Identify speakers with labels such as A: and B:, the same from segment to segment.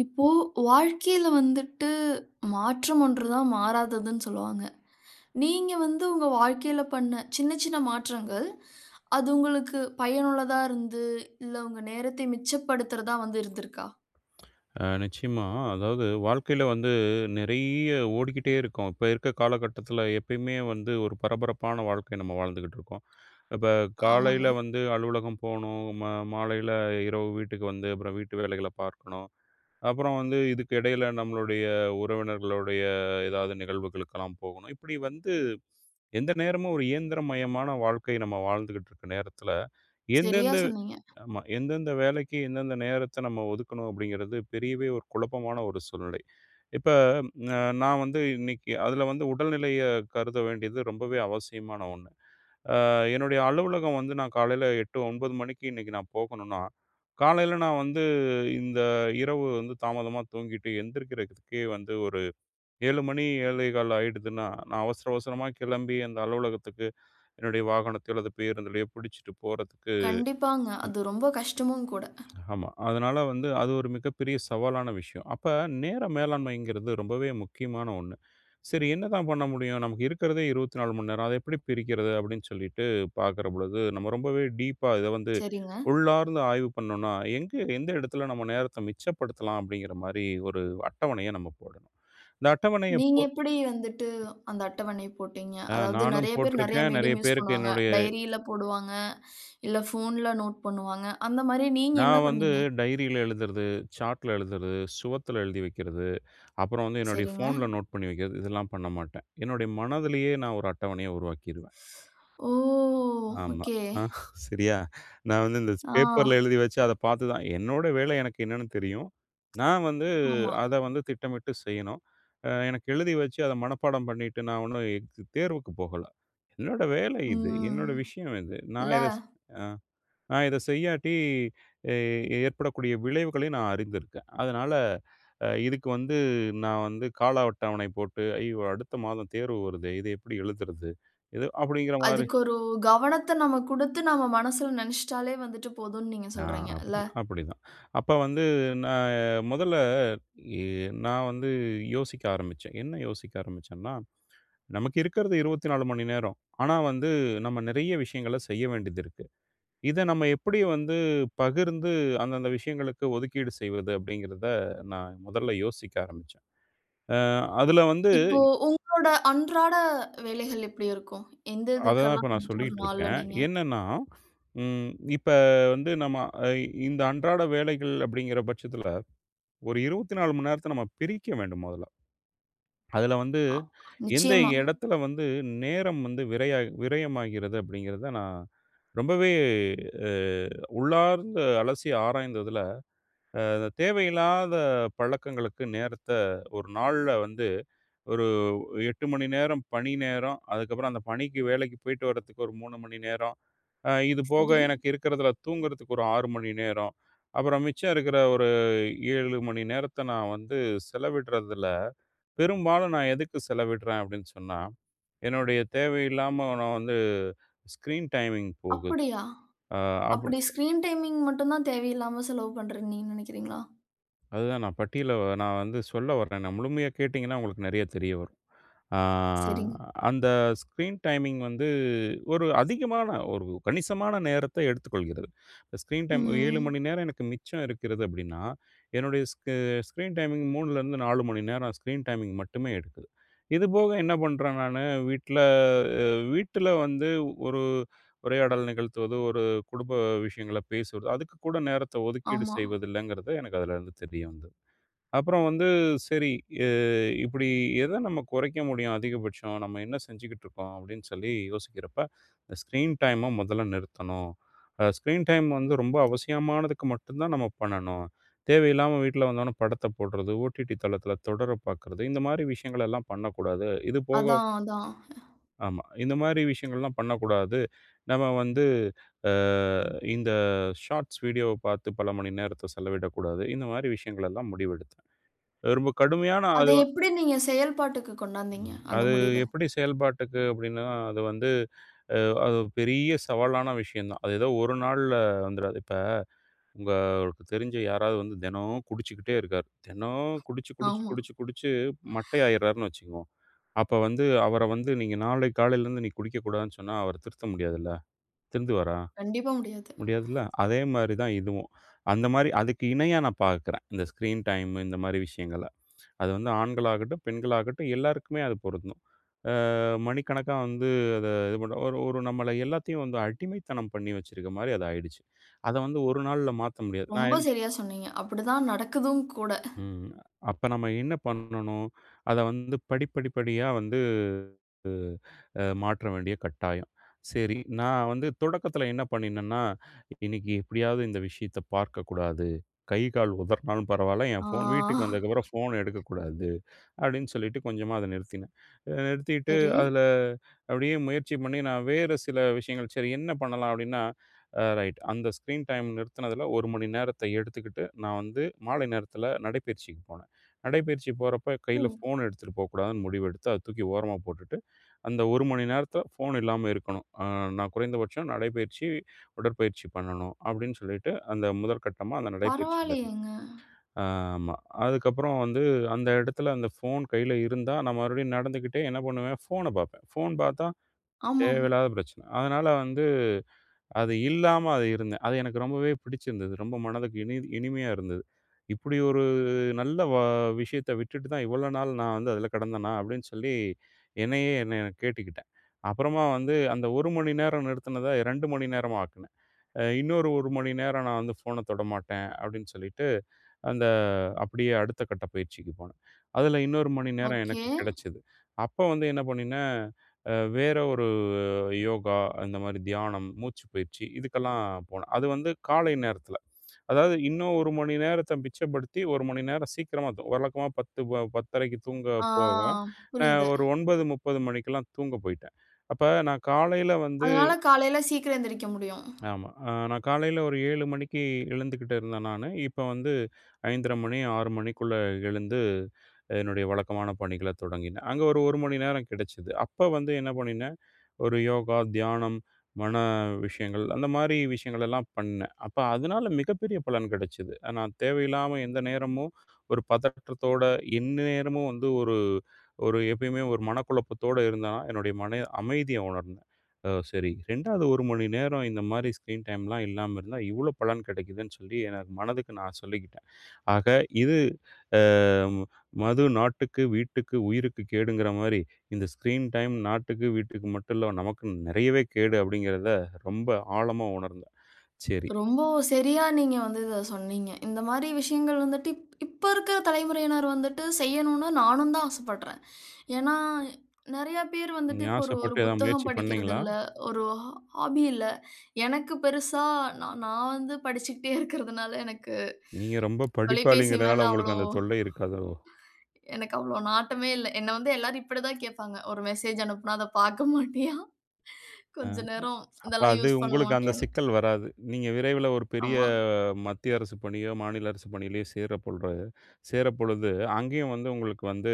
A: இப்போ வாழ்க்கையில வந்துட்டு மாற்றம் ஒன்றுதான் மாறாததுன்னு சொல்லுவாங்க. நீங்க வந்து உங்க வாழ்க்கையில பண்ண சின்ன சின்ன மாற்றங்கள், அது உங்களுக்கு பயனுள்ளதா இருந்து, இல்ல உங்க நேரத்தை மிச்சப்படுத்துறதா வந்து இருந்திருக்கா?
B: நிச்சயமா. அதாவது வாழ்க்கையில வந்து நிறைய ஓடிக்கிட்டே இருக்கோம். இப்ப இருக்க காலகட்டத்தில எப்பயுமே வந்து ஒரு பரபரப்பான வாழ்க்கைய நம்ம வாழ்ந்துகிட்டு இருக்கோம். இப்ப
A: ஆமாங்க.
B: காலையில வந்து அலுவலகம் போணும், மாலையில இரவு வீட்டுக்கு வந்து அப்புறம் வீட்டு வேலைகள பார்க்கணும். அப்புறம் வந்து இதுக்கு இடையில நம்மளுடைய உறவினர்களுடைய ஏதாவது நிகழ்வுகளுக்கெல்லாம் போகணும். இப்படி வந்து எந்த நேரமும் ஒரு இயந்திரமயமான வாழ்க்கை நம்ம வாழ்ந்துகிட்டு இருக்க நேரத்தில,
A: சரியா
B: எந்தெந்த
A: சொன்னீங்க.
B: ஆமா. எந்தெந்த வேலைக்கு எந்தெந்த நேரத்த நம்ம ஒதுக்கணும் அப்படிங்கிறது பெரியவே ஒரு குழப்பமான ஒரு சூழ்நிலை. இப்ப அ நான் வந்து இன்னைக்கு அதுல வந்து உடல்நிலைய கருத வேண்டியது ரொம்பவே அவசியமான ஒண்ணு. அ என்னுடைய அலுவலகம் வந்து நான் காலையில 8, 9 மணிக்கு இன்னைக்கு நான் போகணும்னா, காலையில நான் வந்து இந்த இரவு வந்து தாமதமா தூங்கிட்டு எந்திரிக்கிறதுக்கே வந்து ஒரு 7 மணி 7:15 ஆயிடுதுன்னா, நான் அவசர அவசரமா கிளம்பி அந்த அலுவலகத்துக்கு என்னுடைய வாகனத்தையோ அல்லது பேருந்துலயோ பிடிச்சிட்டு போறதுக்கு
A: கண்டிப்பாங்க. அது ரொம்ப கஷ்டமும் கூட.
B: ஆமா. அதனால வந்து அது ஒரு மிகப்பெரிய சவாலான விஷயம். அப்ப நேர மேலாண்மைங்கிறது ரொம்பவே முக்கியமான ஒண்ணு. சரி என்னதான் பண்ண முடியும்? நமக்கு இருக்கிறதே 24 மணி நேரம். அத எப்படி பிரிக்கிறது? அப்படின்னு சொல்லிட்டு பார்க்கிற பொழுது, நம்ம ரொம்பவே டீப்பா இத வந்து
A: சரிங்க.
B: உள்ளார்ந்து ஆய்வு பண்ணோம்னா, எங்க எந்த இடத்துல நம்ம நேரத்த மிச்சப்படுத்தலாம்? அப்படிங்கிற மாரி ஒரு அட்டவணைய நம்ம போடணும். இந்த அட்டவணைய
A: நீங்க
B: போ
A: எப்படி வந்துட்டு அந்த அட்டவணை போட்டீங்க?
B: அ
A: அதாவது
B: நானும்
A: நெறைய பேர் நெறைய
B: போட்டிருக்கேன். நெறைய
A: மீடியம் யூஸ்
B: பேருக்கு
A: பண்ணுவாங்க.
B: என்னுடைய
A: டைரியில போடுவாங்க, இல்ல ஃபோன்ல நோட் பண்ணுவாங்க. அந்த மாரி நீங்க என்ன
B: நான் வந்து
A: பண்ணீங்க?
B: டைரியில எழுதுறது, சார்ட்ல எழுதுறது, சுவத்துல எழுதி வைக்கிறது. அப்புறம் வந்து என்னுடைய
A: சரிங்க.
B: ஃபோன்ல நோட் பண்ணி வைக்கிறது. இதெல்லாம் பண்ண மாட்டேன். என்னுடைய மனதிலேயே நான் ஒரு அட்டவணைய உருவாக்கிருவேன்.
A: ஓ!
B: ஆமா.
A: ஓகே.
B: ஆ சரியா? நான் வந்து இந்த
A: ஆ,
B: பேப்பர்ல எழுதி வச்சு அத பார்த்து தான் என்னோட வேலை எனக்கு என்னன்னு தெரியும். நான் வந்து
A: ஆமா.
B: அத வந்து திட்டமிட்டு செய்யணும். எனக்கு எழுதி வச்சு அத மனப்பாடம் பண்ணிட்டு நான் ஒண்ணும் தேர்வுக்கு போகல. என்னோட வேலை இது. என்னோட
A: ம்.
B: விஷயம் இது. நான்
A: இல்ல,
B: இத ஸ் ஆ. நான் இத செய்யாட்டி எ ஏற்படக்கூடிய விளைவுகளை நான் அறிந்திருக்கேன். அதனால இதுக்கு வந்து நான் வந்து கால அட்டவணை போட்டு, ஐயோ! அடுத்த மாதம் தேர்வு வருதே! இத எப்படி எழுதுறது? இது அப்படிங்கிற மாரி
A: அதுக்கு ஒரு கவனத்த நம்ம குடுத்து, நம்ம மனசுல நெனச்சுட்டாலே வந்துட்டு போதும்ன்னு நீங்க
B: ஆ
A: சொல்றீங்க, இல்ல?
B: அப்டி அப்படிதான். அப்ப வந்து நான் முதல்ல எ நான் வந்து யோசிக்க ஆரம்பிச்சேன். என்ன யோசிக்க ஆரம்பிச்சேன்னா, நமக்கு இருக்கிறது 24 மணி நேரம். ஆனா வந்து நம்ம நெறைய விஷயங்கள செய்ய வேண்டியது இருக்கு. இத நம்ம எப்படி வந்து பகிர்ந்து அந்தந்த விஷயங்களுக்கு ஒதுக்கீடு செய்வது அப்படிங்கிறத நான் முதல்ல யோசிக்க ஆரம்பிச்சேன். அ அதுல வந்து
A: இப்போ உங்களோட அன்றாட வேலைகள் எப்படி இருக்கும்? எந்த
B: அததான் இப்ப
A: இதுக்கெல்லாம்
B: நான்
A: வந்துட்டு ஒரு
B: சொல்லிட்டு
A: நாள்ல
B: இருக்கேன்.
A: நீங்க
B: என்னன்னா, ம் இப்ப வந்து நம்ம அ இந்த அன்றாட வேலைகள் அப்படிங்கிற பட்சத்துல, ஒரு 24 மணி நேரத்த நம்ம பிரிக்க வேண்டும் முதல்ல. அதுல வந்து
A: அ
B: எந்த
A: நிச்சயமா.
B: இடத்துல வந்து நேரம் வந்து விரயமாகிறது அப்படிங்கிறத நான் ரொம்பவே அ உள்ளார்ந்து அலசி ஆராய்ந்ததுல அ தேவையில்லாத பழக்கங்களுக்கு நேரத்த ஒரு நாள்ல வந்து ஒரு 8 மணி நேரம் பணி நேரம், அதுக்கப்புறம் அந்த பணிக்கு வேலைக்கு போயிட்டு வர்றதுக்கு ஒரு 3 மணி நேரம், இது போக
A: சரி.
B: எனக்கு இருக்கிறதுல தூங்குறதுக்கு ஒரு 6 மணி நேரம், அப்புறம் மிச்சம் இருக்கிற ஒரு 7 மணி நேரத்த நான் வந்து செலவிடுறதில, பெரும்பாலும் நான் எதுக்கு செலவிடுறேன் அப்படின்னு சொன்னா, என்னுடைய தேவையில்லாம நான் வந்து ஸ்க்ரீன் டைமிங் போகுது.
A: அப்படியா?
B: அ அப்
A: அப்படி ஸ்க்ரீன் டைமிங் மட்டும் தான் தேவையில்லாம செலவு பண்றேன்னு நீங்க நெனைக்கிறீங்களா?
B: அதுதான் நான் பட்டியல நான் வந்து சொல்ல வரேன். நான் முழுமையா கேட்டீங்கன்னா, உங்களுக்கு நெறைய தெரிய வரும். ஆ
A: சரிங்க.
B: அந்த ஸ்க்ரீன் டைமிங் வந்து ஒரு அதிகமான ஒரு கணிசமான நேரத்தை எடுத்துக்கொள்கிறது. ஸ்க்ரீன் டைம் 7
A: ம்.
B: மணி நேரம் எனக்கு மிச்சம் இருக்கிறது அப்படின்னா, என்னுடைய ஸ்க் ஸ்க்ரீன் டைமிங் 3லருந்து 4 மணி நேரம் ஸ்க்ரீன் டைமிங் மட்டுமே எடுக்குது. இது போக என்ன பண்றேன் நானு, வீட்ல அ வீட்ல வந்து ஒரு உரையாடல் நிகழ்த்துவது, ஒரு குடும்ப விஷயங்கள பேசுறது. அதுக்கு கூட நேரத்த ஒதுக்கீடு
A: ஆமா.
B: செய்வதில்லங்கிறது எனக்கு அதுலருந்து தெரிய வந்தது. அப்புறம் வந்து சரி எ இப்டி எத நம்ம குறைக்க முடியும் அதிகபட்சம்? நம்ம என்ன செஞ்சுக்கிட்டு இருக்கோம்? அப்டின்னு சொல்லி யோசிக்கிறப்ப, இந்த ஸ்க்ரீன் டைம முதல்ல நிறுத்தணும். ஸ்க்ரீன் டைம் வந்து ரொம்ப அவசியமானதுக்கு மட்டும் தான் நம்ம பண்ணணும். தேவையில்லாம வீட்ல வந்தோனே படத்த போடுறது, ஓடிடி தளத்தில தொடர பார்க்குறது, இந்த மாரி விஷயங்களெல்லாம் பண்ணக்கூடாது. இது போக
A: அதான், அதான்.
B: ஆமா. இந்த மாரி விஷயங்கள்லாம் பண்ணக்கூடாது. நம்ம வந்து அ ம். இந்த ஷார்ட்ஸ் வீடியோவ பார்த்து பல மணி நேரத்த செலவிடக்கூடாது. இந்த மாரி விஷயங்கள் எல்லாம் முடிவெடுத்தேன். ரொம்ப கடுமையான
A: அத
B: அது வ
A: எப்படி நீங்க செயல்பாட்டுக்கு கொண்டாந்தீங்க,
B: ம்.
A: அந்த
B: அது
A: முடிவ?
B: எப்படி செயல்பாட்டுக்கு அப்படின்னா, அது வந்து அ அது ஒரு பெரிய சவாலான விஷயம் தான். அது ஏதோ ஒரு நாள்ல வந்துராது. இப்ப உங்களுக்கு தெரிஞ்ச யாராவது வந்து தினம் குடிச்சுக்கிட்டே இருக்காரு. தினம் குடிச்சு, குடிச்சு,
A: ஆமா.
B: குடிச்சு, குடிச்சு மட்டை ஆயிடுறாருன்னு வச்சுக்குவோம். அப்ப வந்து அவர வந்து நீங்க நாளை காலையிலேருந்து நீ குடிக்கக்கூடாதுன்னு சொன்னா அவர திருத்த முடியாதுல்ல. திருந்துவாரா?
A: கண்டிப்பா முடியாது.
B: முடியாதுல்ல. அதே மாரி தான் இதுவும். அந்த மாரி அதுக்கு இணையா நான் பார்க்குறேன். இந்த ஸ்க்ரீன் டைம் இந்த மாரி விஷயங்கள. அது வந்து ஆண்களாகட்டும், பெண்களாகட்டும் எல்லாருக்குமே அது பொருந்தும். மணிக்கணக்கா வந்து அத இது பண்ண ஒரு ஒரு நம்மள எல்லாத்தையும் வந்து அடிமைத்தனம் பண்ணி வச்சிருக்க மாரி அது ஆயிடுச்சு. அத வந்து ஒரு நாள்ல மாத்த முடியாது.
A: ரொம்ப
B: நான்
A: சரியா சொன்னீங்க. அப்படிதான் நடக்குதும் கூட.
B: ம். அப்ப நம்ம என்ன பண்ணணும்? அத வந்து படிப்படிப்படியா வந்து மாற்ற வேண்டிய கட்டாயம். சரி, நான் வந்து தொடக்கத்தில என்ன பண்ணினேன்னா, இன்னைக்கு எப்படியாவது இந்த விஷயத்த பார்க்கக்கூடாது. கை, கால் உதறினாலும் பரவால்ல, என் ஃபோன் வீட்டுக்கு
A: ஆ
B: வந்ததுக்கப்புறம் ஃபோன் எடுக்கக்கூடாது. அப்படின்னு சொல்லிட்டு கொஞ்சமா அத நிறுத்தினேன். நிறுத்திட்டு
A: சரி.
B: அதுல அப்படியே முயற்சி பண்ணி நான் வேறு சில விஷயங்கள், சரி என்ன பண்ணலாம் அப்படின்னா, அ ரைட் அந்த ஸ்க்ரீன் டைம் நிறுத்துனதுல 1 மணி நேரத்தை எடுத்துக்கிட்டு, நான் வந்து மாலை நேரத்தில நடைப்பயிற்சிக்கு போனேன். நடைப்பயிற்சி போறப்ப
A: ஓ!
B: கையில ஃபோன் எடுத்துட்டு போகக்கூடாதுன்னு முடிவெடுத்து, அத தூக்கி ஓரமா போட்டுட்டு, அந்த 1 மணி நேரத்தில ஃபோன் இல்லாம இருக்கணும். நான் குறைந்தபட்சம் நடைப்பயிற்சி, உடற்பயிற்சி பண்ணணும் அப்படின்னு சொல்லிட்டு, அந்த முதற்கட்டமா அந்த நடைப்பயிற்சியில
A: பரவாயில்லையேங்க.
B: ஆமா. அதுக்கப்புறம் வந்து அந்த இடத்துல அந்த ஃபோன் கையில இருந்தா, நான் மறுபடியும் நடந்துக்கிட்டே என்ன பண்ணுவேன், ஃபோன பார்ப்பேன். ஃபோன் பார்த்தா
A: ஆமாமா.
B: தேவையில்லாத பிரச்சனை. அதனால வந்து அது இல்லாம அது இருந்தேன். அது எனக்கு ரொம்பவே பிடிச்சிருந்தது. ரொம்ப மனதுக்கு இனிமையா இருந்தது. இப்படி ஒரு நல்ல வ விஷயத்த விட்டுட்டு தான் இவ்வளோ நாள் நான் வந்து அதில கடந்தேனா? அப்படின்னு சொல்லி என்னையே கேட்டுக்கிட்டேன். அப்புறமா வந்து அந்த 1 மணி நேரம் நிறுத்தினத 2 மணி நேரமா ஆக்குனேன். இன்னொரு 1 மணி நேரம் நான் வந்து ஃபோன தொடமாட்டேன் அப்படின்னு சொல்லிட்டு அந்த அப்படியே அடுத்த கட்ட பயிற்சிக்கு போனேன். அதில இன்னொரு மணி நேரம்
A: ஓகே.
B: எனக்கு கிடைச்சது. அப்ப வந்து என்ன பண்ணினேன், வேற ஒரு யோகா, இந்த மாரி தியானம், மூச்சு பயிற்சி இதுக்கெல்லாம் போனேன். அது வந்து காலை நேரத்தில. அதாவது இன்னும் 1 மணி நேரத்த மிச்சப்படுத்தி 1 மணி நேரம் சீக்கிரமா வழக்கமா 10 ப 10:30க்கு தூங்க
A: ஆ
B: போவேன். நான்
A: புரியுது.
B: ஒரு 9:30 மணிக்கெல்லாம் தூங்க போயிட்டேன். அப்ப நான் காலையில வந்து
A: அதனால காலையில சீக்கிரம் எந்திரிக்க முடியும்.
B: ஆமா. நான் காலையில ஒரு 7 மணிக்கு எழுந்துக்கிட்டு இருந்தேன் நானு. இப்ப வந்து 5:30 மணி, 6 மணிக்குள்ள எழுந்து, என்னுடைய வழக்கமான பணிகள தொடங்கினேன். அங்க ஒரு 1 மணி நேரம் கிடைச்சது. அப்ப வந்து என்ன பண்ணினேன் ஒரு யோகா, தியானம், மன விஷயங்கள் அந்த மாரி விஷயங்கள் எல்லாம் பண்ணேன். அப்ப அதனால மிகப்பெரிய பலன் கிடைச்சது. நான் தேவையில்லாம எந்த நேரமும் ஒரு பதற்றத்தோட, எந்நேரமும் வந்து ஒரு ஒரு எப்பயுமே ஒரு மனக்குழப்பத்தோட இருந்தேன்னா, என்னுடைய மன அமைதிய உணர்ந்தேன். சரி 2வது 1 மணி நேரம் இந்த மாரி ஸ்க்ரீன் டைம்லாம் இல்லாம இருந்தா, இவ்ளோ பலன் கிடைக்குதுன்னு சொல்லி எனக்கு மனதுக்கு நான் சொல்லிக்கிட்டேன். ஆக இது ம் மது நாட்டுக்கு, வீட்டுக்கு, உயிருக்கு கேடுங்கிற மாரி, இந்த ஸ்க்ரீன் டைம் நாட்டுக்கு, வீட்டுக்கு மட்டும் இல்ல, நமக்கு நெறையவே கேடு அப்படிங்கிறத ரொம்ப ஆழமா உணர்ந்தேன். சரி.
A: ரொம்ப சரியா நீங்க வந்து இத சொன்னீங்க. இந்த மாரி விஷயங்கள் வந்துட்டு இப்ப இருக்கிற தலைமுறையினர் வந்துட்டு செய்யணும்னு நானும் தான் ஆசைப்படுறேன். ஏன்னா, நெறைய பேர்
B: நீங்க
A: வந்துட்டு இப்போ ஒரு ஒரு
B: ஆசைப்பட்டு ஏதாவது
A: புத்தகம்
B: முயற்சி
A: படிக்கிறது
B: பண்ணீங்களா?
A: இல்ல, ஒரு ஹாபி இல்ல. எனக்கு பெருசா நான் நான் வந்து படிச்சுக்கிட்டே இருக்கிறதுனால எனக்கு
B: நீங்க ரொம்ப
A: தொலைபேசி மேல
B: படிப்பாளிங்கிறனால
A: அவ்வளோ
B: உங்களுக்கு அந்த தொல்லை இருக்காதோ?
A: எனக்கு அவ்வளோ நாட்டமே இல்ல. என்ன வந்து எல்லாரும் இப்படிதான் கேட்பாங்க. "ஒரு மெசேஜ் அனுப்புனா அத பார்க்க மாட்டியா?
B: அ
A: கொஞ்ச நேரம்
B: அப்ப
A: இதெல்லாம்
B: அது
A: யூஸ் பண்ண
B: உங்களுக்கு அந்த
A: மாட்டியான்னு?"
B: சிக்கல் வராது. நீங்க விரைவில ஒரு பெரிய
A: ஆமா,
B: மத்திய அரசு பணியோ, மாநில அரசு பணியிலயோ சேரப்பொழுது, அங்கேயும் வந்து உங்களுக்கு வந்து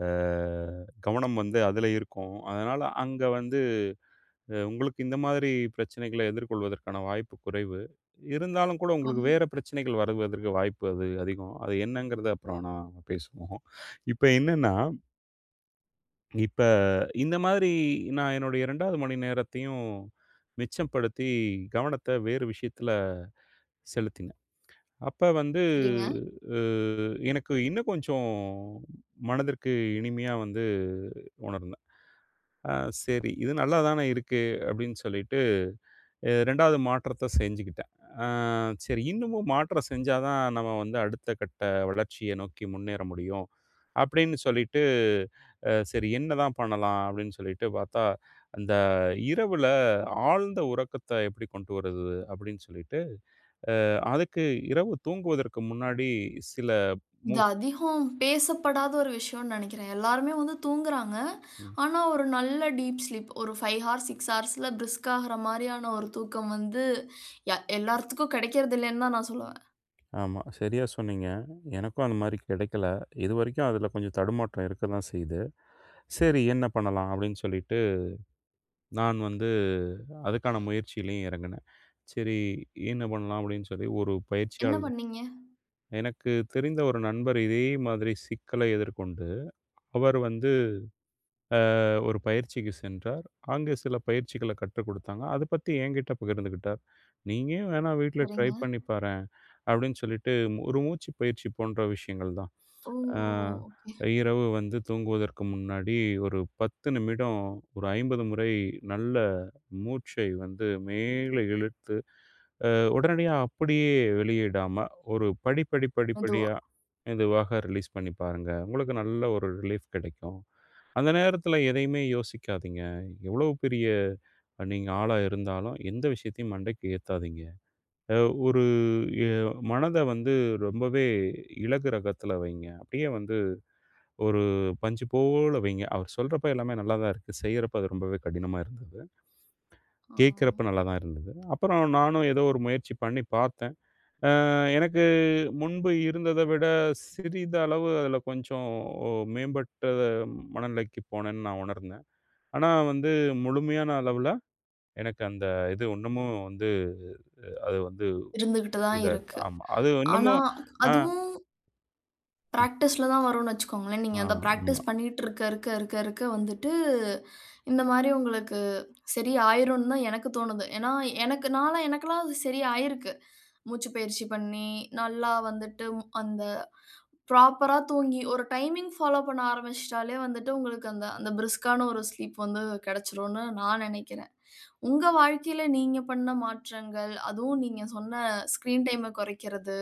B: அ கவனம் வந்து அதில இருக்கும். அதனால அங்க வந்து உங்களுக்கு இந்த மாதிரி பிரச்சனைகள எதிர்கொள்வதற்கான வாய்ப்பு குறைவு. இருந்தாலும் கூட உங்களுக்கு
A: ஆமா.
B: வேற பிரச்சனைகள் வருவதற்கு வாய்ப்பு அது அதிகம். அது என்னங்கிறத அப்புறம் நான் பேசுவோம். இப்ப என்னன்னா, இப்ப இந்த மாதிரி நான் என்னுடைய 2வது மணி நேரத்தையும் மிச்சப்படுத்தி கவனத்த வேறு விஷயத்துல செலுத்தினேன். அப்ப வந்து
A: சரிங்க.
B: அ எனக்கு இன்னும் கொஞ்சம் மனதிற்கு இனிமையா வந்து உணர்ந்தேன். "ஆ சரி, இது நல்லா தானே இருக்கு" அப்படின்னு சொல்லிட்டு ரெண்டாவது மாற்றத்த செஞ்சுக்கிட்டேன். அ சரி இன்னமும் மாற்றம் செஞ்சா தான் நம்ம வந்து அடுத்த கட்ட வளர்ச்சிய நோக்கி முன்னேற முடியும். அப்படின்னு சொல்லிட்டு, சரி என்னதான் பண்ணலாம் அப்படின்னு சொல்லிட்டு பார்த்தா, அந்த இரவுல ஆழ்ந்த உறக்கத்த எப்படி கொண்டு வரது அப்படின்னு சொல்லிட்டு, அதுக்கு இரவு தூங்குவதற்கு முன்னாடி சில
A: இது
B: மூச்
A: அதிகம் பேசப்படாத ஒரு விஷயம்னு நெனைக்கிறேன். எல்லாருமே வந்து தூங்குறாங்க.
B: ம்.
A: ஆனா, ஒரு நல்ல டீப் ஸ்லீப் ஒரு 5 ஹார்ஸ், 6 ஹார்ஸ்ல பிரிஸ்க் ஆகுற மாரியான ஒரு தூக்கம் வந்து எல்லாத்துக்கும் கிடைக்கிறது இல்லன்னு தான் நான் சொல்லுவேன்.
B: ஆமா. சரியா சொன்னீங்க. எனக்கும் அந்த மாரி கிடைக்கல. இதுவரைக்கும் அதுல கொஞ்சம் தடுமாற்றம் இருக்க தான் செய்யுது. சரி என்ன பண்ணலாம் அப்படின்னு சொல்லிட்டு நான் வந்து அதுக்கான முயற்சியிலயும் இறங்குனேன். சரி என்ன பண்ணலாம் அப்படின்னு சொல்லி ஒரு
A: என்ன
B: பயிற்சியாளர்
A: பண்ணீங்க?
B: எனக்கு தெரிந்த ஒரு நண்பர் இதே மாதிரி சிக்கலை எதிர்கொண்டு, அவர் வந்து ஒரு பயிற்சிக்கு சென்றார். அங்கே சில பயிற்சிகள கற்றுக் குடுத்தாங்க. அத பத்தி என்கிட்ட பகிர்ந்துக்கிட்டார். "நீயும் வேணா வீட்ல ட்ரை
A: சரிங்க.
B: பண்ணி பாரேன்" அப்படின்னு சொல்லிட்டு ஒரு மூச்சு பயிற்சி போன்ற விஷயங்கள் தான்.
A: ஓ!
B: அ
A: ஓகே.
B: இரவு வந்து தூங்குவதற்கு முன்னாடி ஒரு 10 நிமிடம், ஒரு 50 முறை நல்ல மூச்சை வந்து மேலே இழுத்து, உடனடியா அப்படியே வெளியிடாம, ஒரு படி படி படி
A: மெதுவா.
B: படியா மெதுவாக ரிலீஸ் பண்ணி பாருங்க. உங்களுக்கு நல்ல ஒரு ரிலீஃப் கிடைக்கும். அந்த நேரத்தில எதையுமே யோசிக்காதீங்க. எவ்வளவு பெரிய நீங்க ஆளா இருந்தாலும், எந்த விஷயத்தையும் மண்டைக்கு ஏத்தாதீங்க. அ ஒரு எ மனத வந்து ரொம்பவே இலகு ரகத்தில வைங்க. அப்படியே வந்து ஒரு பஞ்சு போல வைங்க. அவர் சொல்றப்ப எல்லாமே நல்லா தான் இருக்கு. செய்றப்ப அது ரொம்பவே கடினமா இருந்தது.
A: ஆ.
B: கேட்கிறப்ப நல்லா தான் இருந்தது. அப்புறம் நானும் ஏதோ ஒரு முயற்சி பண்ணி பார்த்தேன். எனக்கு முன்பு இருந்தத விட சிறிதளவு அதில கொஞ்சம் ஒ மேம்பட்ட மனநிலைக்கு போனேன்னு நான் உணர்ந்தேன். ஆனா வந்து முழுமையான அளவுல எனக்கு அந்த இது இன்னமும் வந்து அது வந்து
A: இருந்துகிட்டு தான்
B: இதா இருக்கு.
A: இருக்கு.
B: ஆமா. அது
A: ஆனா,
B: இன்னமும் ஆ,
A: அதுவும் பிராக்டிஸ்ல தான் வரும்னு வச்சுக்கோங்களேன். நீங்க
B: ஆ
A: அத
B: ஆமா.
A: பிராக்டிஸ் பண்ணிட்டு இருக்க, இருக்க, இருக்க, இருக்க வந்துட்டு, இந்த மாரி உங்களுக்கு சரி ஆயிரும்னு தான் எனக்கு தோணுது. ஏன்னா, எனக்கு நான்லாம் எனக்கெல்லாம் அது சரி ஆயிருக்கு. மூச்சுப் பயிற்சி பண்ணி, நல்லா வந்துட்டு அந்த ப்ராப்பரா தூங்கி, ஒரு டைமிங் ஃபாலோ பண்ண ஆரம்பிச்சுட்டாலே வந்துட்டு உங்களுக்கு அந்த அந்த பிரிஸ்க்கான ஒரு ஸ்லீப் வந்து கெடைச்சிரும்னு நான் நெனைக்கிறேன். உங்க வாழ்க்கையில நீங்க பண்ண மாற்றங்கள், அதுவும் நீங்க சொன்ன ஸ்க்ரீன் டைம குறைக்கிறது,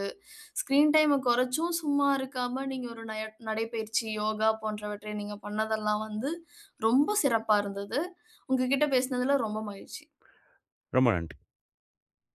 A: ஸ்க்ரீன் டைம குறைச்சும் சும்மா இருக்காம நீங்க ஒரு நடைப்பயிற்சி, யோகா போன்றவற்றை நீங்க பண்ணதெல்லாம் வந்து ரொம்ப சிறப்பா இருந்தது. உங்ககிட்ட பேசினதுல ரொம்ப மகிழ்ச்சி.
B: ரொம்ப நன்றி.